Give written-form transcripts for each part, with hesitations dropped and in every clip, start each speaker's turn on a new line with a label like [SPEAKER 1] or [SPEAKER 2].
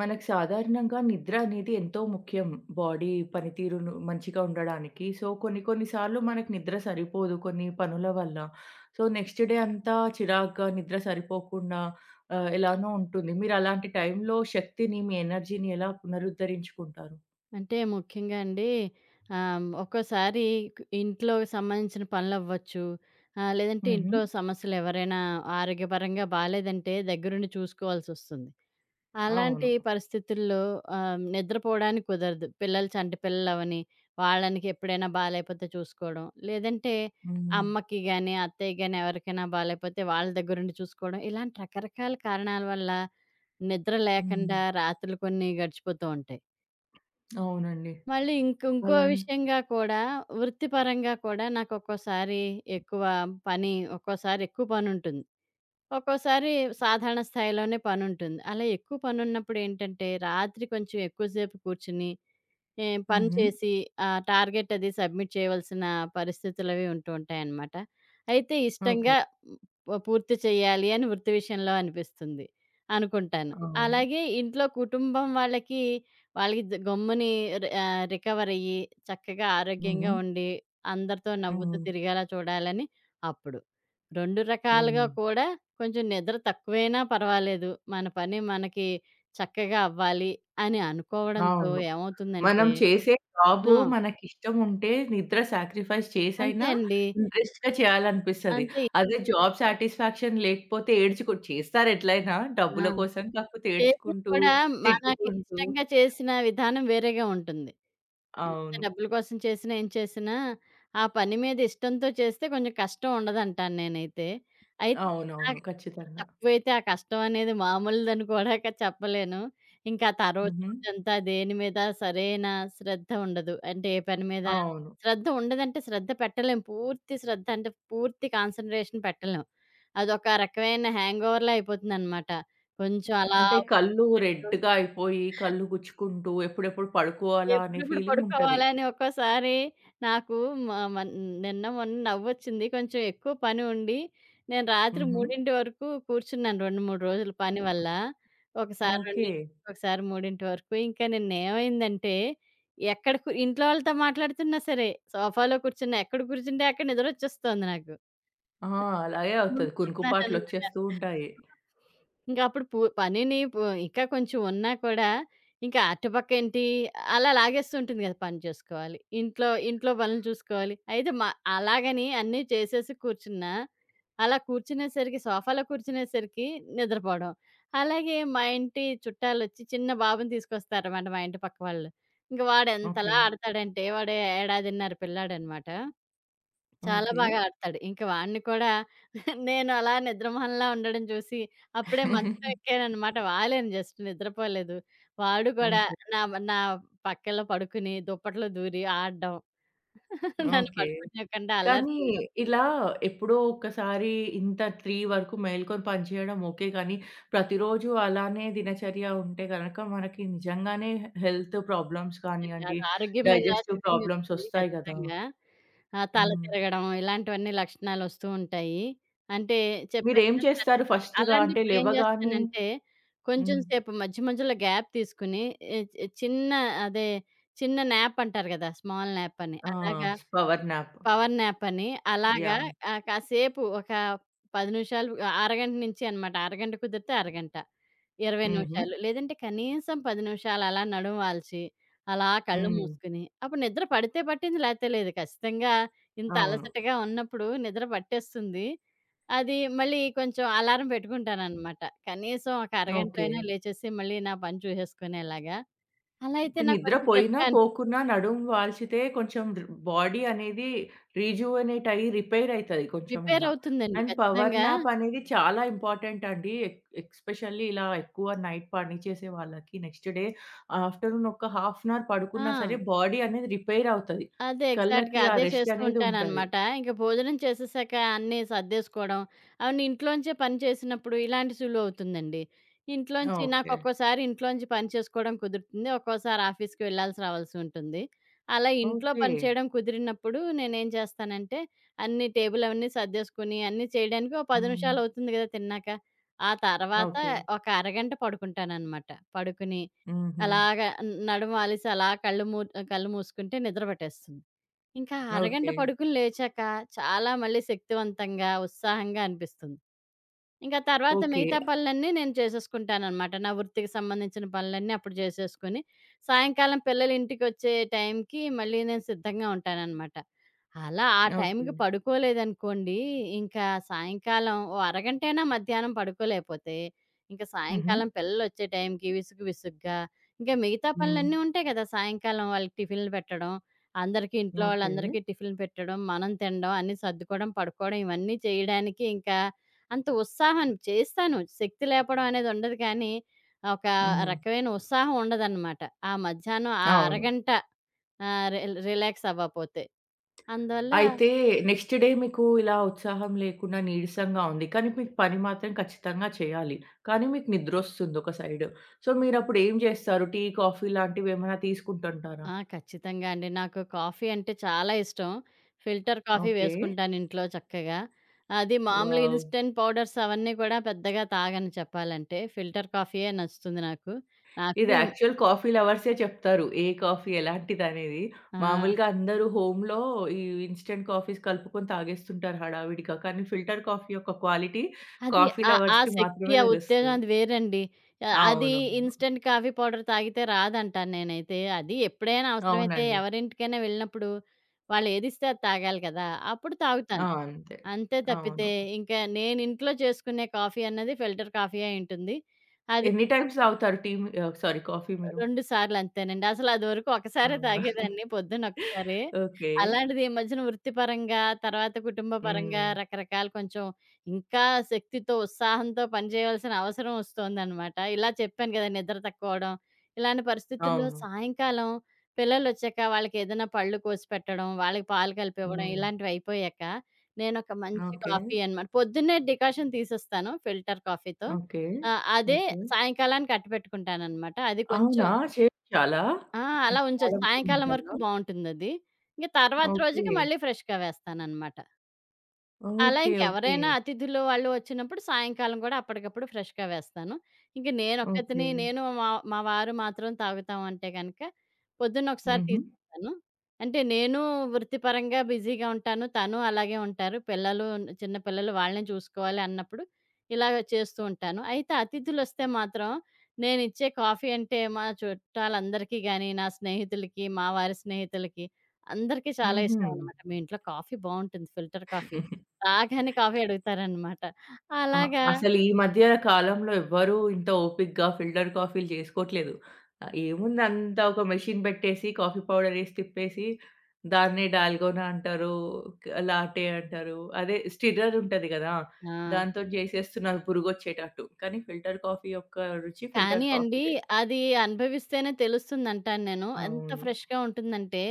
[SPEAKER 1] మనకు సాధారణంగా నిద్ర అనేది ఎంతో ముఖ్యం. బాడీ పనితీరును మంచిగా ఉండడానికి. సో, కొన్ని కొన్ని సార్లు మనకు నిద్ర సరిపోదు కొన్ని పనుల వల్ల. సో, నెక్స్ట్ డే అంతా చిరాగ్గా నిద్ర సరిపోకుండా ఎలానో ఉంటుంది. మీరు అలాంటి టైంలో శక్తిని, మీ ఎనర్జీని ఎలా పునరుద్ధరించుకుంటారు?
[SPEAKER 2] అంటే ముఖ్యంగా అండి ఒక్కోసారి ఇంట్లో సంబంధించిన పనులవ్వచ్చు. లేదంటే
[SPEAKER 1] హుహు.
[SPEAKER 2] ఇంట్లో సమస్యలు ఎవరైనా ఆరోగ్యపరంగా బాలేదంటే దగ్గరుండి చూసుకోవాల్సొస్తుంది. అలాంటి
[SPEAKER 1] అవును.
[SPEAKER 2] పరిస్థితుల్లో నిద్రపోవడానికి కుదరదు. పిల్లలు చంటి పిల్లలవని వాళ్ళనికి ఎప్పుడైనా బాలేపోతే చూసుకోవడం. లేదంటే
[SPEAKER 1] హ్మ్.
[SPEAKER 2] అమ్మకి గాని, అత్తయ్యకి గాని ఎవరికైనా బాలేపోతే వాళ్ళ దగ్గరుండి చూసుకోవడం. ఇలాంటి రకరకాల కారణాల వల్ల నిద్ర
[SPEAKER 1] హ్మ్.
[SPEAKER 2] లేకుండా రాత్రులు కొన్ని గడిచిపోతూ ఉంటాయి.
[SPEAKER 1] అవునండి.
[SPEAKER 2] మళ్ళీ ఇంకో
[SPEAKER 1] అలాన్.
[SPEAKER 2] విషయంగా కూడా వృత్తిపరంగా కూడా నాకొక్కోసారి ఎక్కువ పని, ఒక్కోసారి ఎక్కువ పనుంటుంది. ఒక్కోసారి సాధారణ స్థాయిలోనే పనుంటుంది. అలా ఎక్కువ పనున్నప్పుడేంటంటే రాత్రి కొంచెం ఎక్కువ సేపు కూర్చుని ఏం పని
[SPEAKER 1] హుహు.
[SPEAKER 2] చేసి ఆ టార్గెట్ అది సబ్మిట్ చేయవలసిన పరిస్థితులవి ఉంటూ ఉంటాయన్నమాట. అయితే
[SPEAKER 1] ఓకే.
[SPEAKER 2] ఇష్టంగా పూర్తి చేయాలి అని వృత్తి విషయంలో అనిపిస్తుంది. అనుకుంటాను.
[SPEAKER 1] అవును.
[SPEAKER 2] అలాగే ఇంట్లో కుటుంబం వాళ్ళకి ద గమ్ముని రి ఆహ్, రికవర్ అయ్యి చక్కగా
[SPEAKER 1] హుహు.
[SPEAKER 2] ఆరోగ్యంగా ఉండి అందరితో నవ్వుతూ
[SPEAKER 1] హ్మ్.
[SPEAKER 2] తిరిగేలా చూడాలని అప్పుడు. 2 రకాలుగా
[SPEAKER 1] హ్మ్.
[SPEAKER 2] కూడా కొంచెం నిద్ర తక్కువైనా పర్వాలేదు. మన పని మనకి చక్కగా అవ్వాలి అని అనుకోవడంతో
[SPEAKER 1] అవును. మనం
[SPEAKER 2] ఏమవుతుందంటే
[SPEAKER 1] చేసే జాబు
[SPEAKER 2] ఆ,
[SPEAKER 1] మనకిష్టముంటే నిద్ర సాక్రిఫైస్
[SPEAKER 2] అంతే
[SPEAKER 1] చేసైనా
[SPEAKER 2] అండి.
[SPEAKER 1] ఇంట్రెస్ట్‌గా చేయాలనిపిస్తది.
[SPEAKER 2] అంతే.
[SPEAKER 1] అదే జాబ్ సాటిస్ఫాక్షన్ లేకపోతే ఏడ్చుకు చేస్తారు ఎట్లైనా
[SPEAKER 2] ఆ,
[SPEAKER 1] డబ్బుల కోసం. కాకపోతే
[SPEAKER 2] చేసినా
[SPEAKER 1] ఏడ్చుకుంటూ,
[SPEAKER 2] కూడా మనకి
[SPEAKER 1] తిట్టుకుంటూ.
[SPEAKER 2] ఇష్టంగా చేసిన విధానం వేరేగా ఉంటుంది. ఎంత
[SPEAKER 1] అవును.
[SPEAKER 2] డబ్బుల కోసం చేసినా, ఏం చేసినా, ఆ పని మీద ఇష్టంతో చేస్తే కొంచెం కష్టం ఉండదంటాను నేనైతే. అయితే
[SPEAKER 1] అవునవును.
[SPEAKER 2] నాకు
[SPEAKER 1] ఖచ్చితంగా.
[SPEAKER 2] తక్కువైతే ఆ కష్టం అనేది మామూలుదని కూడా చెప్పలేను. ఇంకా రోజు
[SPEAKER 1] హుహు.
[SPEAKER 2] రోజంతా దేని మీద సరైన శ్రద్ధ ఉండదు. అంటే ఏ పని మీద
[SPEAKER 1] అవును.
[SPEAKER 2] శ్రద్ధ ఉండదంటే శ్రద్ధ పెట్టలేం. పూర్తి శ్రద్ధ అంటే పూర్తి కాన్సంట్రేషన్ పెట్టలేం. అదొక రకమైన హ్యాంగోవర్‌లా అయిపోతుందనమాట. కొంచెం అలా
[SPEAKER 1] అంటే కళ్ళు
[SPEAKER 2] ఉన్నట్టు
[SPEAKER 1] రెడ్‌గా అయిపోయి, కళ్ళు గుచ్చుకుంటూ ఎప్పుడెప్పుడు పడుకోవాలా అనే
[SPEAKER 2] ఎప్పుడెప్పుడు
[SPEAKER 1] ఫీలింగుంటది.
[SPEAKER 2] పడుకోవాలా అని ఒక్కోసారి నాకు మ మన్ నిన్న మొన్న నవ్వొచ్చింది. కొంచెం ఎక్కువ పని ఉండి, నేను రాత్రి
[SPEAKER 1] హుహు.
[SPEAKER 2] 3:00 వరకు కూర్చున్నాను 2, 3 రోజులు పని వల్ల. ఒకసారి 2,
[SPEAKER 1] ఓకే.
[SPEAKER 2] ఒకసారి 3:00 వరకు. ఇంకా నిన్నేమైందంటే, ఎక్కడ కు ఇంట్లో వాళ్ళతో మాట్లాడుతున్నా సరే, సోఫాలో కూర్చున్నా, ఎక్కడ కూర్చుంటే అక్కడ నిద్రొచ్చేస్తోంది నాకు.
[SPEAKER 1] ఆ! అలాగే అవుతది.
[SPEAKER 2] కూలిపోతున్నాననమాట.
[SPEAKER 1] కునుకుపాట్లొచ్చేస్తూ ఉంటాయి.
[SPEAKER 2] ఇంక అప్పుడు పూ పనిని పూ ఇంకా కొంచెం ఉన్నా కూడా, ఇంకా అటుపక్కేంటి అలా లాగేస్తుంటుంది కదా! పని చేసుకోవాలి. ఇంట్లో ఇంట్లో పనులు చూసుకోవాలి. అయితే అలాగని అన్నీ చేసేసి కూర్చున్నా, అలా కూర్చునేసరికి సోఫాలో కూర్చునేసరికి నిద్రపోవడం. అలాగే మా ఇంటి చుట్టాలొచ్చి చిన్న బాబుని తీసుకొస్తారనమాట మా ఇంటి పక్క వాళ్ళు. ఇంక వాడెంతలా
[SPEAKER 1] ఓకే.
[SPEAKER 2] ఆడతాడంటే వాడు ఏడాదిన్నర పిల్లాడనమాట. చాలా
[SPEAKER 1] ఓకే.
[SPEAKER 2] బాగా ఆడతాడు. ఇంక వాడిని కూడా నేను అలా నిద్రమోహంలా ఉండడం చూసి, అప్పుడే మంచం ఎక్కాననమాట. వాలాను జస్ట్ నిద్రపోలేదు. వాడు కూడా
[SPEAKER 1] ఓకే.
[SPEAKER 2] నా నా పక్కలో పడుకుని, దుప్పట్లో దూరి ఆడడం. నన్ను
[SPEAKER 1] ఓకే.
[SPEAKER 2] పడుకోనివ్వకుండా అల్లరి
[SPEAKER 1] కానీ
[SPEAKER 2] చేయడం.
[SPEAKER 1] ఇలా ఎప్పుడో ఒక్కసారి ఇంత 3 వరకు మేల్కొని పనిచేయడం ఓకే. కానీ ప్రతిరోజు అలానే దినచర్య ఉంటే గనక మనకి నిజంగానే హెల్త్ ప్రాబ్లమ్స్
[SPEAKER 2] అంతేనండి.
[SPEAKER 1] కానియండి,
[SPEAKER 2] అది ఆరోగ్యం మీద
[SPEAKER 1] డైజెస్టివ్ ప్రాబ్లమ్స్
[SPEAKER 2] చూపించేస్తుంది
[SPEAKER 1] ఒస్తాయి గదా!
[SPEAKER 2] ఖచ్చితంగా. ఆ, తల
[SPEAKER 1] హ్మ్.
[SPEAKER 2] తిరగడం ఇలాంటివన్నీ లక్షణాలొస్తూ ఉంటాయి. అంటే చెప్పాను
[SPEAKER 1] మీరేం
[SPEAKER 2] కదా! శ్రద్ధ
[SPEAKER 1] చేస్తారు
[SPEAKER 2] చూపి
[SPEAKER 1] ఫస్ట్‌గా అంటే
[SPEAKER 2] అలాంటప్పుడు ఏం
[SPEAKER 1] లేవగానే.
[SPEAKER 2] చేస్తానంటే, కొంచెం
[SPEAKER 1] హ్మ్.
[SPEAKER 2] సేపు మధ్య మధ్యలో గ్యాప్ తీసుకుని ఎ చ్ చిన్న అదే చిన్న న్యాప్ అంటారు కదా! స్మాల్ న్యాప్ అని.
[SPEAKER 1] ఆ!
[SPEAKER 2] అలాగా
[SPEAKER 1] పవర్ న్యాప్.
[SPEAKER 2] పవర్ న్యాప్ అని. అలాగా
[SPEAKER 1] యాహ్!
[SPEAKER 2] కాసేపు ఒక 10 నిమిషాలు అరగంట నుంచి అనమాట. అరగంట కుదిరితే అరగంట. 20
[SPEAKER 1] హుహు.
[SPEAKER 2] నిమిషాలు. లేదంటే కనీసం 10 నిమిషాలు అలా నడుము వాల్చి, అలా కళ్ళు
[SPEAKER 1] హ్మ్.
[SPEAKER 2] మూసుకుని, అప్పుడు నిద్ర పడితే పట్టింది లేతే లేదు. ఖచ్చితంగా ఇంత
[SPEAKER 1] అవును.
[SPEAKER 2] అలసటగా ఉన్నప్పుడు నిద్ర పట్టేస్తుంది. అది మళ్ళీ కొంచెం అలారం పెట్టుకుంటాననమాట. కనీసం ఒక
[SPEAKER 1] ఓకే.
[SPEAKER 2] అరగంటైనా లేచేసి మళ్ళీ నా పని చూసేసుకునేలాగా. అలా అయితే
[SPEAKER 1] అంటే
[SPEAKER 2] నాకు కొంచెం
[SPEAKER 1] నిద్రపోయినా,
[SPEAKER 2] ఫ్రెష్‌గా అనిపిస్తుంది.
[SPEAKER 1] పోకున్నా నడుము వాల్చితే కొంచెం బాడీ అనేది రీజువనేట్ అయ్యి రిపేర్ అయితది
[SPEAKER 2] రిపేర్
[SPEAKER 1] కొంచెమన్నా.
[SPEAKER 2] అవుతుందండి
[SPEAKER 1] అండ్ పవర్
[SPEAKER 2] ఖచ్చితంగా.
[SPEAKER 1] నాప్ అనేది చాలా ఇంపార్టెంట్ అండి. ఎస్పెషల్లీ ఇలా ఎక్కువ నైట్ పని చేసే వాళ్ళకి నెక్స్ట్ డే ఆఫ్టర్‌నూన్ ఒక హాఫ్ అన్ అవర్
[SPEAKER 2] ఆ,
[SPEAKER 1] పడుకున్నా సరే బాడీ అనేది రిపేర్ అవుతది.
[SPEAKER 2] అదే ఎగ్జాక్ట్‌గా
[SPEAKER 1] కళ్ళకి ఆ
[SPEAKER 2] అదే
[SPEAKER 1] రెస్ట్
[SPEAKER 2] చేస్తూ
[SPEAKER 1] అనేది ఉంటది.
[SPEAKER 2] ఉంటాననమాట. ఇంక భోజనం చేసేసాక అన్నీ సర్దేసుకోవడం, అవును ఇంట్లోంచే పని చేసినప్పుడు ఇలాంటి సులువవుతుందండి. ఇంట్లోంచి
[SPEAKER 1] ఓకే.
[SPEAKER 2] నాకొక్కోసారి ఇంట్లోంచి పని చేసుకోవడం కుదురుతుంది. ఒక్కోసారి ఆఫీస్‌కి రావాల్సి ఉంటుంది. అలా ఇంట్లో
[SPEAKER 1] ఓకే.
[SPEAKER 2] పని చేయడం కుదిరినప్పుడు నేనేం చేస్తానంటే, అన్ని టేబుల్ అవన్నీ సర్దేసుకొని అన్నీ చేయడానికి ఒక 10
[SPEAKER 1] హ్మ్.
[SPEAKER 2] నిమిషాలవుతుంది కదా తిన్నాక. ఆ తర్వాత
[SPEAKER 1] ఓకే.
[SPEAKER 2] ఒక అరగంట పడుకుంటాననమాట. పడుకుని
[SPEAKER 1] హుహు.
[SPEAKER 2] అలాగా నడుము అలిసి అలా కళ్ళు మూసుకుంటే నిద్ర పట్టేస్తుంది. ఇంకా అరగంట
[SPEAKER 1] ఓకే.
[SPEAKER 2] పడుకుని లేచాక చాలా మళ్ళీ శక్తివంతంగా, ఉత్సాహంగా అనిపిస్తుంది. ఇంకా తర్వాత
[SPEAKER 1] ఓకే.
[SPEAKER 2] మిగతా పనులన్నీ నేను చేసేసుకుంటాననమాట. నా వృత్తికి సంబంధించిన పనులన్నీ అప్పుడు చేసేసుకొని, సాయంకాలం పిల్లలు ఇంటికొచ్చే టైంకి మళ్ళీ నేను సిద్ధంగా ఉంటాననమాట. అలా ఆ
[SPEAKER 1] ఓకే.
[SPEAKER 2] టైంకి పడుకోలేదనుకోండి, ఇంకా సాయంకాలం ఓ అరగంటైనా మధ్యాహ్నం పడుకోలేపోతే, ఇంక
[SPEAKER 1] హుహు.
[SPEAKER 2] సాయంకాలం పిల్లలొచ్చే టైంకి విసుగు విసుగ్గా, ఇంకా మిగతా
[SPEAKER 1] హ్మ్.
[SPEAKER 2] పనులన్నీ ఉంటాయి కదా! సాయంకాలం వాళ్ళకి టిఫిన్‌లు పెట్టడం, అందరికీ ఇంట్లో
[SPEAKER 1] ఓకే.
[SPEAKER 2] వాళ్ళందరికీ టిఫిన్‌లు పెట్టడం, మనం తినడం, అన్నీ సర్దుకోవడం, పడుకోవడం ఇవన్నీ చేయడానికి ఇంకా అంత ఉత్సాహం చేస్తాను. శక్తి లేపడం అనేదుండదు కానీ, ఒక
[SPEAKER 1] హ్మ్.
[SPEAKER 2] రకమైన ఉత్సాహం ఉండదనమాట. ఆ మధ్యాహ్నం ఆ
[SPEAKER 1] అవును.
[SPEAKER 2] అరగంట ఆహ్, రి రిలాక్స్ అవ్వపోతే. అందువల్ల
[SPEAKER 1] అయితే నెక్స్ట్ డే మీకు ఇలా ఉత్సాహం లేకుండా నీరసంగా ఉంది. కానీ మీకు పని మాత్రం ఖచ్చితంగా చేయాలి. కానీ మీకు నిద్రొస్తుంది ఒక సైడ్. సో, మీరప్పుడు ఏం జేస్తారు? టీ, కాఫీ లాంటివేమైనా తీసుకుంటుంటారా?
[SPEAKER 2] ఆ, ఖచ్చితంగా అండి. నాకు కాఫీ అంటే చాలా ఇష్టం. Filter coffee
[SPEAKER 1] okay.
[SPEAKER 2] వేసుకుంటాను ఇంట్లో చక్కగా. అది మామూలుగా
[SPEAKER 1] వావ్!
[SPEAKER 2] ఇన్‌స్టంట్ పౌడర్స్ అవన్నీ కూడా పెద్దగా తాగను చెప్పాలంటే. ఫిల్టర్ కాఫీయే నచ్చుతుంది నాకు.
[SPEAKER 1] ఇది
[SPEAKER 2] నాకు
[SPEAKER 1] యాక్చువల్ కాఫీ లవర్సే చెప్తారు. ఏ కాఫీ ఎలాంటిదనేది.
[SPEAKER 2] ఆ,
[SPEAKER 1] మామూలుగా అందరూ హోమ్‌లో ఈ ఇన్‌స్టంట్ కాఫీస్ కలుపుకొని తాగేస్తుంటారు హడావిడిగా. కానీ ఫిల్టర్ కాఫీ యొక్క క్వాలిటీ
[SPEAKER 2] అది
[SPEAKER 1] కాఫీ
[SPEAKER 2] ఆ ఆ
[SPEAKER 1] లవర్స్‌కి
[SPEAKER 2] శక్తి,
[SPEAKER 1] మాత్రమే
[SPEAKER 2] ఆ ఉత్తేజం
[SPEAKER 1] తెలుస్తది.
[SPEAKER 2] అది వేరండి. అది
[SPEAKER 1] అవునవును.
[SPEAKER 2] ఇన్‌స్టంట్ కాఫీ పౌడర్ తాగితే రాదంటాను నేనైతే. అది ఎప్పుడైనా అవసరమైతే
[SPEAKER 1] అవునండి.
[SPEAKER 2] ఎవరింటికైనా వెళ్ళినప్పుడు వాళ్ళేదిస్తే అది తాగాలి కదా! అప్పుడు
[SPEAKER 1] ఆ!
[SPEAKER 2] తాగుతాను.
[SPEAKER 1] అంతే.
[SPEAKER 2] అంతే తప్పితే
[SPEAKER 1] అవును.
[SPEAKER 2] ఇంకా నేనింట్లో చేసుకునే కాఫీ అన్నది ఫిల్టర్ కాఫీయే అయుంటుంది. అది
[SPEAKER 1] ఎన్ని టైమ్స్ తాగుతారు టీ మీ సారీ కాఫీ మీరు?
[SPEAKER 2] 2 సార్లంతేనండి. అసలదివరకు
[SPEAKER 1] ఆ!
[SPEAKER 2] ఒకసారే తాగేదాన్ని పొద్దున్న ఒకసారి.
[SPEAKER 1] ఓకే.
[SPEAKER 2] అలాంటిది ఈ మధ్యన వృత్తిపరంగా, తర్వాత కుటుంబ పరంగా
[SPEAKER 1] హ్మ్.
[SPEAKER 2] రకరకాల కొంచెం ఇంకా శక్తితో, ఉత్సాహంతో పని జేయాల్సిన అవసరం ఒస్తోందనమాట. ఇలా చెప్పాను గదా! నిద్ర తక్కువవడం. ఇలాంటి పరిస్థితుల్లో
[SPEAKER 1] అవును.
[SPEAKER 2] సాయంకాలం పిల్లలొచ్చాక వాళ్ళకేదైనా పళ్ళు కోసి పెట్టడం, వాళ్ళకి పాలు కలిపివ్వడం
[SPEAKER 1] హ్మ్.
[SPEAKER 2] ఇలాంటివయిపోయాక నేనొక మంచి
[SPEAKER 1] ఓకే.
[SPEAKER 2] కాఫీ అనమాట పొద్దున్నే డికాషన్ తీసేస్తాను ఫిల్టర్ కాఫీతో.
[SPEAKER 1] ఓకే.
[SPEAKER 2] అదే
[SPEAKER 1] ఓకే.
[SPEAKER 2] సాయంకాలానికి అట్టపెట్టుకుంటాననమాట. అది కొంచెం
[SPEAKER 1] అవునా? చేయించాలా?
[SPEAKER 2] ఆ, అలా ఉంచొచ్చు.
[SPEAKER 1] వాడకుండా
[SPEAKER 2] సాయంకాలం వరకు
[SPEAKER 1] ఉంటారా?
[SPEAKER 2] బావుంటుందది. ఇంక తర్వాత రోజుకి
[SPEAKER 1] ఓకే.
[SPEAKER 2] మళ్ళీ ఫ్రెష్‌గా వేస్తాననమాట. అలా
[SPEAKER 1] ఓకే. ఓకే.
[SPEAKER 2] ఇంకెవరైనా అతిథులు వాళ్ళు వచ్చినప్పుడు సాయంకాలం గూడా అప్పటికప్పుడు ఫ్రెష్‌గా వేస్తాను. ఇంక
[SPEAKER 1] ఓకే.
[SPEAKER 2] నేనొక్కతిని మా మా వారు మాత్రం తాగుతాం అంటే గనక పొద్దున్న ఒకసారి
[SPEAKER 1] హుహు.
[SPEAKER 2] తీసుకుంటాను. అంటే నేను వృత్తిపరంగా బిజీగా ఉంటాను. తను అలాగే ఉంటారు. చిన్న పిల్లలు వాళ్ళని చూసుకోవాలి అన్నప్పుడు ఇలాగ చేస్తూ ఉంటాను. అయితే అతిథులొస్తే మాత్రం నేనిచ్చే కాఫీ అంటే మా చుట్టాలందరికీ గాని, నా స్నేహితులకి, మా వారి స్నేహితులకి అందరికీ చాలా
[SPEAKER 1] హుహు.
[SPEAKER 2] ఇష్టం అనమాట. మీ ఇంట్లో కాఫీ బావుంటుంది. Filter coffee. రాగానే కాఫీ అడుగుతారనమాట.
[SPEAKER 1] ఆ!
[SPEAKER 2] అలాగా
[SPEAKER 1] అసలు ఈ మధ్య కాలంలో ఎవ్వరు ఇంత ఓపికగా ఫిల్టర్ కాఫీలు చేసుకోవట్లేదు. ఏముంది అంతా ఒక మెషిన్ పెట్టేసి కాఫీ పౌడర్ ఏసి తిప్పేసి దాన్నే డాల్గోనా అంటారు, లాటే అంటారు. అదే స్టిర్రర్ ఉంటది గదా!
[SPEAKER 2] ఆ,
[SPEAKER 1] దాంతోటి జేసేస్తున్నారు పురుగొచ్చేటట్టు. కానీ ఫిల్టర్ కాఫీ యొక్క రుచి ఫిల్టర్
[SPEAKER 2] కానీ అండి
[SPEAKER 1] కాఫీదే.
[SPEAKER 2] అది అనుభవిస్తేనే తెలుస్తుందంటాను నేను. ఎంత
[SPEAKER 1] అవును.
[SPEAKER 2] ఫ్రెష్‌గా ఉంటుందంటే,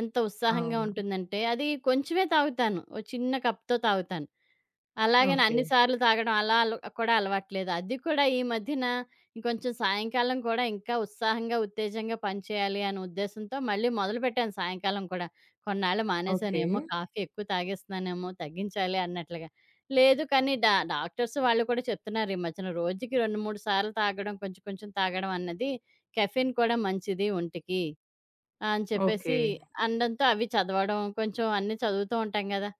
[SPEAKER 2] ఎంత ఉత్సాహంగా
[SPEAKER 1] అవును.
[SPEAKER 2] ఉంటుందంటే, అది కొంచెమే తాగుతాను. ఓ చిన్న కప్‌తో తాగుతాను. అలాగని
[SPEAKER 1] ఓకే.
[SPEAKER 2] అన్ని సార్లు తాగడం అలా అల కూడా అలవాట్లేదు. అది కూడా ఈ మధ్యన ఇంకొంచెం సాయంకాలం కూడా ఇంకా ఉత్సాహంగా, ఉత్తేజంగా పనిచేయాలి అనే ఉద్దేశంతో మళ్ళీ మొదలుపెట్టాను సాయంకాలం కూడా. కొన్నాళ్ళు
[SPEAKER 1] ఓకే.
[SPEAKER 2] మానేశానేమో కాఫీ ఎక్కువ తాగేస్తున్నానేమో తగ్గించాలి అన్నట్లుగా. లేదు కానీ డాక్టర్స్ వాళ్ళు కూడా చెప్తున్నారు ఈ మధ్యన రోజుకి 2, 3 సార్లు తాగడం కొంచెం కొంచెం తాగడం అన్నది కెఫెన్ కూడా మంచిది ఒంటికి అని చెప్పేసి
[SPEAKER 1] ఓకే.
[SPEAKER 2] అనడంతో అవి చదవడం కొంచెం అన్నీ చదువుతూ ఉంటాం గదా!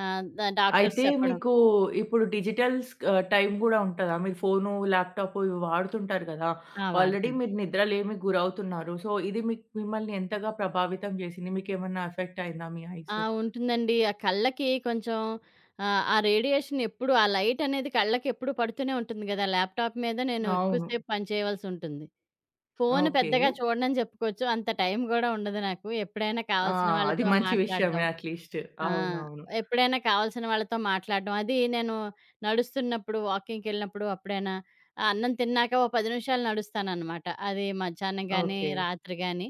[SPEAKER 2] ఆహ్, డాక్టర్స్
[SPEAKER 1] అయితే
[SPEAKER 2] చెప్పడం.
[SPEAKER 1] మీకు ఇప్పుడు డిజిటల్ టైం గూడా ఉంటదా? మీరు ఫోను, ల్యాప్‌టాపు ఇవి వాడుతుంటారు గదా!
[SPEAKER 2] ఆ,
[SPEAKER 1] ఆల్రెడీ
[SPEAKER 2] వాడతాను.
[SPEAKER 1] మీరు నిద్రలేమికి గురవుతున్నారు. సో, ఇది మీకు మిమ్మల్ని ఎంతగా ప్రభావితం జేసింది? మీకేమన్నా ఎఫెక్ట్ అయిందా మీ
[SPEAKER 2] ఆ,
[SPEAKER 1] ఐస్?
[SPEAKER 2] ఉంటుందండి. ఆ కళ్ళకి కొంచెం ఆ రేడియేషన్ ఎప్పుడు ఆ లైట్ అనేది కళ్ళకి ఎప్పుడు పడుతూనే ఉంటుంది గదా! ల్యాప్‌టాప్ మీద నేను
[SPEAKER 1] అవును.
[SPEAKER 2] ఎక్కువసేపు పని చేయవలసుంటుంది. Phone
[SPEAKER 1] okay.
[SPEAKER 2] పెద్దగా చూడనని చెప్పుకోవచ్చు. అంత టైం గూడా ఉండదు నాకు. ఎప్పుడైనా
[SPEAKER 1] ఆ!
[SPEAKER 2] కావాల్సిన
[SPEAKER 1] అది
[SPEAKER 2] వాళ్ళతో
[SPEAKER 1] మంచి
[SPEAKER 2] మాట్లాడడం
[SPEAKER 1] విషయమే అట్‌లీస్ట్.
[SPEAKER 2] ఆ,
[SPEAKER 1] అవునవును.
[SPEAKER 2] ఎప్పుడైనా కావాల్సిన వాళ్ళతో మాట్లాడడం. అది నేను నడుస్తున్నప్పుడు, వాకింగ్‌కెళ్ళినప్పుడు అప్పుడైనా, ఆ అన్నం తిన్నాక ఓ 10 నిమిషాలు నడుస్తాననమాట. అది మధ్యాహ్నం గానీ,
[SPEAKER 1] ఓకే.
[SPEAKER 2] రాత్రి గానీ.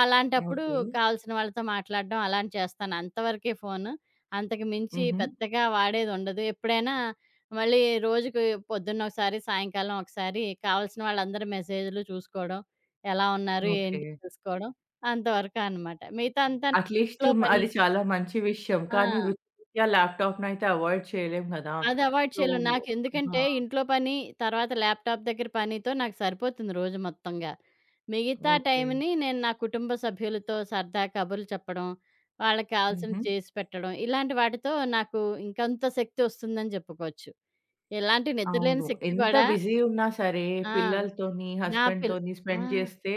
[SPEAKER 2] అలాంటప్పుడు
[SPEAKER 1] ఓకే.
[SPEAKER 2] కావాల్సిన వాళ్ళతో మాట్లాడడం అలాంటి చేస్తాను. అంతవరకే ఫోను. అంతకు మించి
[SPEAKER 1] హుహు.
[SPEAKER 2] పెద్దగా వాడేదుండదు. ఎప్పుడైనా మళ్ళీ రోజుకి పొద్దున్న ఒకసారి, సాయంకాలం ఒకసారి కావాల్సిన వాళ్ళందరి మెసేజ్‌లు చూసుకోవడం. ఎలా ఉన్నారు,
[SPEAKER 1] ఓకే.
[SPEAKER 2] ఏంటి తెలుసుకోవడం. అంతవరకు అనమాట. మిగతా అంతా
[SPEAKER 1] అట్‌లీస్ట్
[SPEAKER 2] ఇంట్లో
[SPEAKER 1] మ్
[SPEAKER 2] పని.
[SPEAKER 1] అది చాలా మంచి విషయం. కానీ
[SPEAKER 2] ఆ,
[SPEAKER 1] వృత్తిరీత్యా ల్యాప్‌టాప్‌నయితే అవాయిడ్ చేయలేం గదా!
[SPEAKER 2] అది అవాయిడ్
[SPEAKER 1] సో.
[SPEAKER 2] చేయలేను.
[SPEAKER 1] ఆ!
[SPEAKER 2] నాకెందుకంటే ఇంట్లో పని, తర్వాత ల్యాప్‌టాప్ దగ్గర పనితో నాకు సరిపోతుంది రోజు మొత్తంగా. మిగతా
[SPEAKER 1] ఓకే.
[SPEAKER 2] టైంని నేను నా కుటుంబ సభ్యులతో సరదా కబుర్లు చెప్పడం, వాళ్ళకి
[SPEAKER 1] హుహు.
[SPEAKER 2] కావాల్సినవి చేసి పెట్టడం, ఇలాంటి వాటితో నాకు ఇంకంత శక్తి వస్తుందని చెప్పుకోవచ్చు. ఎలాంటి నిద్రలేని
[SPEAKER 1] అవును.
[SPEAKER 2] శక్తి
[SPEAKER 1] ఎంత
[SPEAKER 2] కూడా
[SPEAKER 1] బిజీ ఉన్నా సరే
[SPEAKER 2] ఆ,
[SPEAKER 1] పిల్లలతోని,
[SPEAKER 2] నా పిల్
[SPEAKER 1] హస్బెండ్‌తోని
[SPEAKER 2] ఆ,
[SPEAKER 1] స్పెండ్ చేస్తే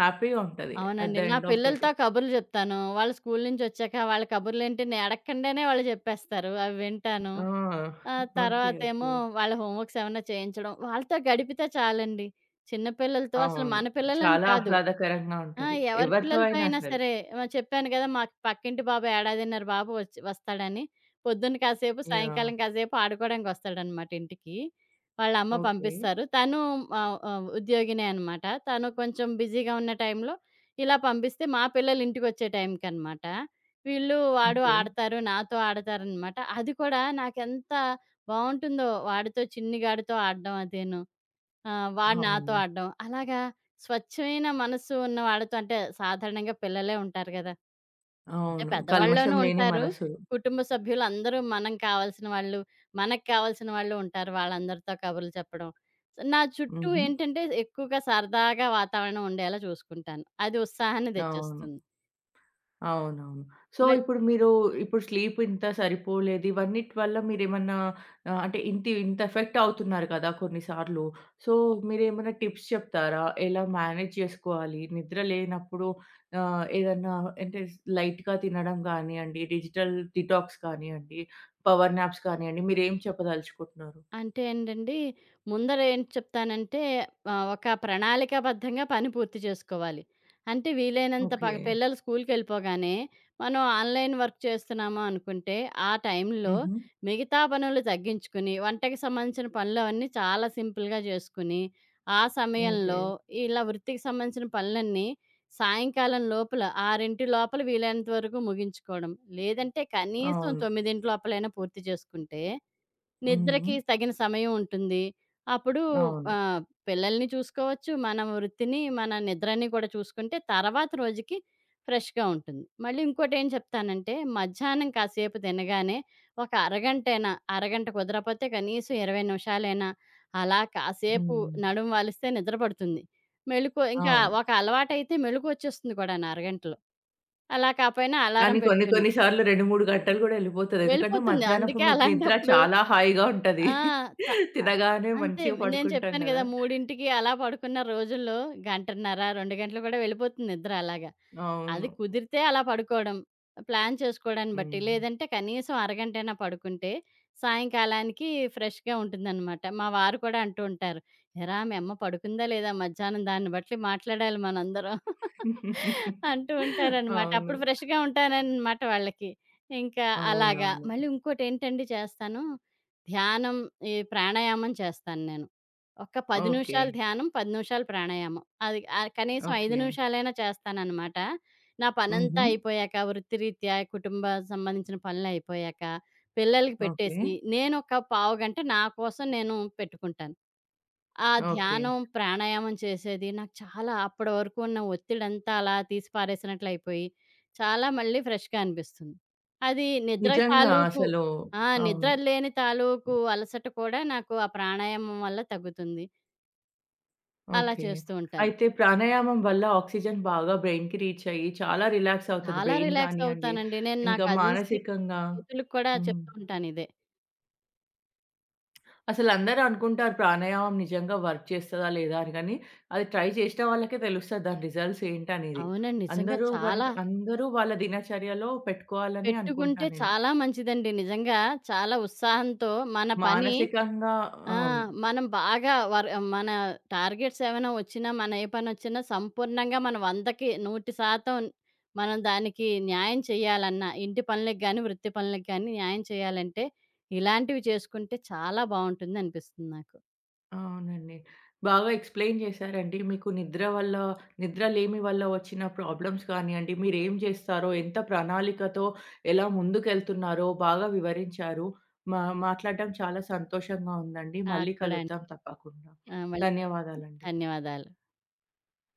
[SPEAKER 1] హ్యాపీగా ఉంటది. అట్
[SPEAKER 2] అవునండి.
[SPEAKER 1] ద
[SPEAKER 2] నా
[SPEAKER 1] ఎండ్ ఆఫ్ ద
[SPEAKER 2] పిల్లలతో
[SPEAKER 1] డే.
[SPEAKER 2] కబుర్లు చెప్తాను. వాళ్ళు స్కూలు నుంచొచ్చాక వాళ్ళ కబుర్లేంటి నేను అడగకుండానే వాళ్ళు చెప్పేస్తారు. అవి వింటాను.
[SPEAKER 1] ఆ!
[SPEAKER 2] ఆ,
[SPEAKER 1] ఓకే.
[SPEAKER 2] తర్వాతేమో
[SPEAKER 1] ఓకే.
[SPEAKER 2] వాళ్ళ హోమ్ వర్క్స్ ఏమన్నా చేయించడం. వాళ్ళతో గడిపితే చాలండి. చిన్న పిల్లలతో అసలు
[SPEAKER 1] అవును.
[SPEAKER 2] మన పిల్లలని
[SPEAKER 1] చాలా
[SPEAKER 2] కాదు.
[SPEAKER 1] ఆహ్లాదకరంగా
[SPEAKER 2] ఆ,
[SPEAKER 1] ఉంటది.
[SPEAKER 2] ఎవరి
[SPEAKER 1] ఎవరితో
[SPEAKER 2] పిల్లలతో
[SPEAKER 1] అయినా
[SPEAKER 2] అయినా
[SPEAKER 1] సరే.
[SPEAKER 2] సరే, ఆహ్, చెప్పాను కదా! మాకు పక్కింటి బాబు ఏడాదిన్నర బాబు వస్తాడని. పొద్దున్న కాసేపు,
[SPEAKER 1] యాహ్!
[SPEAKER 2] సాయంకాలం కాసేపు ఆడుకోవడానికొస్తాడనమాట ఇంటికి. వాళ్ళమ్మ
[SPEAKER 1] ఓకే.
[SPEAKER 2] పంపిస్తారు. తను ఆహ్, ఆహ్, ఉద్యోగినే అనమాట. తను కొంచెం బిజీగా ఉన్న టైంలో ఇలా పంపిస్తే మా పిల్లలు ఇంటికొచ్చే టైంకనమాట. వీళ్ళు, వాడు
[SPEAKER 1] ఓకే.
[SPEAKER 2] ఆడతారు. నాతో ఆడతారనమాట. అది కూడా నాకెంత బావుంటుందో వాడితో చిన్ని గాడితో ఆడడం అదీను. ఆ, వాడు నాతో
[SPEAKER 1] అవును.
[SPEAKER 2] ఆడడం. అలాగా స్వచ్ఛమైన మనస్సు ఉన్న వాళ్ళతో అంటే సాధారణంగా పిల్లలే ఉంటారు గదా! అంటే
[SPEAKER 1] అవును. కల్మషం
[SPEAKER 2] పెద్దవాళ్ళలోనూ
[SPEAKER 1] లేని
[SPEAKER 2] ఉంటారు.
[SPEAKER 1] మనసు.
[SPEAKER 2] కుటుంబ సభ్యులందరూ మనకు కావాల్సిన వాళ్ళు ఉంటారు. వాళ్ళందరితో కబుర్లు చెప్పడం. సో, నా చుట్టూ
[SPEAKER 1] హుహు.
[SPEAKER 2] ఏంటంటే ఎక్కువగా సరదాగా వాతావరణం ఉండేలా చూసుకుంటాను. అది ఉత్సాహాన్ని
[SPEAKER 1] అవును.
[SPEAKER 2] తెచ్చేస్తుంది.
[SPEAKER 1] అవునవును. సో,
[SPEAKER 2] మ
[SPEAKER 1] ఇప్పుడు మీరు ఇప్పుడు స్లీప్ ఇంత సరిపోలేదు ఇవన్నిటి వల్ల మీరేమన్నా అంటే ఇంత ఇంత ఎఫెక్ట్ అవుతున్నారు కదా కొన్నిసార్లు. సో, మీరేమన్నా టిప్స్ చెప్తారా? ఎలా మేనేజ్ చేసుకోవాలి? నిద్ర లేనప్పుడు ఏదన్నా అంటే లైట్‌గా తినడం గానియండి, డిజిటల్ డిటాక్స్ కానియండి, పవర్ నాప్స్ కానియండి మీరేం చెప్పదలుచుకుంటున్నారు?
[SPEAKER 2] అంటే ఏంటండి, ముందర ఏం చెప్తానంటే ఒక ప్రణాళికాబద్ధంగా పని పూర్తి చేసుకోవాలి. అంటే వీలైనంత
[SPEAKER 1] ఓకే.
[SPEAKER 2] పిల్లలు స్కూల్‌కెళ్ళిపోగానే మనం ఆన్‌లైన్ వర్క్ చేస్తున్నాము అనుకుంటే, ఆ టైంలో
[SPEAKER 1] హుహు.
[SPEAKER 2] మిగతా పనులు తగ్గించుకుని, వంటకి సంబంధించిన పనులవన్నీ చాలా సింపుల్‌గా చేసుకుని, ఆ
[SPEAKER 1] ఓకే.
[SPEAKER 2] సమయంలో ఇలా వృత్తికి సంబంధించిన పనులన్నీ సాయంకాలం లోపల 6 లోపల వీలైనంత వరకు ముగించుకోవడం. లేదంటే కనీసం
[SPEAKER 1] అవును.
[SPEAKER 2] 9 లోపలైనా పూర్తి చేసుకుంటే
[SPEAKER 1] హ్మ్.
[SPEAKER 2] నిద్రకి తగిన సమయం ఉంటుంది. అప్పుడు
[SPEAKER 1] అవును.
[SPEAKER 2] ఆహ్, పిల్లల్ని చూసుకోవచ్చు, మన వృత్తిని, మన నిద్రని కూడా చూసుకుంటే తర్వాత రోజుకి ఫ్రెష్‌గా ఉంటుంది. మళ్ళీ ఇంకోటేం చెప్తానంటే మధ్యాహ్నం కాసేపు తినగానే ఒక అరగంటైనా, అరగంట కుదరపోతే కనీసం 20 నిమిషాలైనా అలా కాసేపు
[SPEAKER 1] హ్మ్.
[SPEAKER 2] నడుము వాలిస్తే నిద్ర పడుతుంది. మెలుకువ ఇంకా
[SPEAKER 1] అవును.
[SPEAKER 2] ఒక అలవాటైతే మెలుకువొచ్చేస్తుంది కూడాను అరగంటలో. అలా కాపోయినా అలారం
[SPEAKER 1] కానీ కొన్ని
[SPEAKER 2] పెట్టుకుని.
[SPEAKER 1] కొన్ని సార్లు 2, 3 గంటలు గూడా ఎళ్ళిపోతది. ఎందుకంటే
[SPEAKER 2] వెళ్ళిపోతుంది.
[SPEAKER 1] మధ్యాహ్నపు
[SPEAKER 2] అందుకే
[SPEAKER 1] నిద్ర
[SPEAKER 2] అలాంటప్పుడు
[SPEAKER 1] చాలా హాయిగా ఉంటది.
[SPEAKER 2] ఆ, స
[SPEAKER 1] తినగానే
[SPEAKER 2] అంతే.
[SPEAKER 1] మంచిగా
[SPEAKER 2] నేను
[SPEAKER 1] పడుకుంటాం
[SPEAKER 2] చెప్పాను గదా!
[SPEAKER 1] గదా!
[SPEAKER 2] 3కి అలా పడుకున్న రోజుల్లో గంటన్నర, 2 గంటలు కూడా వెళ్ళిపోతుంది నిద్ర అలాగ. అది
[SPEAKER 1] అవును.
[SPEAKER 2] కుదిరితే అలా పడుకోవడం. ప్లాన్ చేసుకోవడాన్ని బట్టి.
[SPEAKER 1] హ్మ్.
[SPEAKER 2] లేదంటే కనీసం అరగంటైనా పడుకుంటే సాయంకాలానికి ఫ్రెష్‌గా ఉంటుందనమాట. మా వారు కూడా అంటూ ఉంటారు. "ఏరా! మీ అమ్మ పడుకుందా లేదా మధ్యాహ్నం దాన్ని బట్టి మాట్లాడాలి మనందరం" అంటూ ఉంటారనమాట.
[SPEAKER 1] అవును.
[SPEAKER 2] అప్పుడు ఫ్రెష్‌గా ఉంటాననమాట వాళ్ళకి. ఇంకా అలాగా.
[SPEAKER 1] అవునవును.
[SPEAKER 2] మళ్ళీ ఇంకోటేంటండి చేస్తాను. ధ్యానం, ఈ ప్రాణాయామం చేస్తాను నేను. ఒక 10
[SPEAKER 1] ఓకే.
[SPEAKER 2] నిమిషాలు ధ్యానం, 10 నిమిషాలు ప్రాణాయామం. అది ఆహ్, కనీసం 5
[SPEAKER 1] ఓకే.
[SPEAKER 2] నిమిషాలైనా చేస్తాననమాట. నా పనంతా
[SPEAKER 1] హుహు.
[SPEAKER 2] అయిపోయాక, వృత్తిరీత్యా కుటుంబ సంబంధించిన పనులయిపోయాక, పిల్లలకి
[SPEAKER 1] ఓకే.
[SPEAKER 2] పెట్టేసి, నేనొక పావుగంట నా కోసం నేను పెట్టుకుంటాను. ఆ
[SPEAKER 1] ఓకే.
[SPEAKER 2] ధ్యానం, ప్రాణాయామం చేసేది నాకు చాలా అప్పడి వరకు ఉన్న ఒత్తిడంతా అలా తీసి పారేసినట్లయిపోయి, చాలా మళ్ళీ ఫ్రెష్‌గా అనిపిస్తుంది. అది నిద్ర
[SPEAKER 1] నిజంగా
[SPEAKER 2] తాలూకు
[SPEAKER 1] అసలు.
[SPEAKER 2] ఆ, నిద్ర
[SPEAKER 1] అవును.
[SPEAKER 2] లేని తాలూకు అలసట కూడా నాకు ఆ ప్రాణాయామం వల్ల తగ్గుతుంది. అలా
[SPEAKER 1] ఓకే.
[SPEAKER 2] చేస్తూ ఉంటాను.
[SPEAKER 1] అయితే ప్రాణాయామం వల్ల ఆక్సిజన్ బాగా బ్రెయిన్‌కి రీచ్ అయ్యి చాలా రిలాక్స్ అవుతది
[SPEAKER 2] చాలా
[SPEAKER 1] బ్రెయిన్ గానియండి,
[SPEAKER 2] రిలాక్సవుతానండి. నేను నా
[SPEAKER 1] ఇంకా
[SPEAKER 2] కజిన్స్‌కి,
[SPEAKER 1] మానసికంగా.
[SPEAKER 2] స్నేహితులకి కూడా
[SPEAKER 1] హ్మ్.
[SPEAKER 2] చెప్తూ ఉంటానిదే.
[SPEAKER 1] అసలందరూ అనుకుంటారు ప్రాణాయామం నిజంగా వర్క్ చేస్తదా? లేదా? అని గానీ, అది ట్రై చేసిన వాళ్ళకే తెలుస్తది దాని రిజల్ట్స్ ఏంటనేది.
[SPEAKER 2] అవునండి. నిజంగా
[SPEAKER 1] అందరూ
[SPEAKER 2] చాలా
[SPEAKER 1] గనుక అందరూ వాళ్ళ దినచర్యలో పెట్టుకోవాలని అనుకుంటా
[SPEAKER 2] పెట్టుకుంటే
[SPEAKER 1] నేను.
[SPEAKER 2] చాలా మంచిదండి. నిజంగా చాలా ఉత్సాహంతో మన పని
[SPEAKER 1] మానసికంగా.
[SPEAKER 2] ఆ,
[SPEAKER 1] అవును.
[SPEAKER 2] మనం బాగా వర్ మన టార్గెట్స్ ఏమైనా వచ్చినా, మన ఏ పనొచ్చినా సంపూర్ణంగా మనం 100కి 100% మనం దానికి న్యాయం చేయాలన్నా, ఇంటి పనులకి గాని, వృత్తి పనులకి గాని న్యాయం చేయాలంటే, ఇలాంటివి చేసుకుంటే చాలా బావుంటుందనిపిస్తుంది నాకు.
[SPEAKER 1] అవునండి. బాగా ఎక్స్‌ప్లెయిన్ చేశారండి. మీకు నిద్ర వల్ల నిద్రలేమి వల్ల వచ్చిన ప్రాబ్లమ్స్ కానియండి, మీరేం చేస్తారో, ఎంత ప్రణాళికతో ఎలా ముందుకెళ్తున్నారో బాగా వివరించారు. మా మాట్లాడడం చాలా సంతోషంగా ఉందండి.
[SPEAKER 2] నాకు
[SPEAKER 1] మళ్ళీ
[SPEAKER 2] కూడా అండి.
[SPEAKER 1] కలుద్దాం తప్పకుండా.
[SPEAKER 2] ఆ, మళ్ళీ కలుద్దాం.
[SPEAKER 1] ధన్యవాదాలండి.
[SPEAKER 2] ధన్యవాదాలు.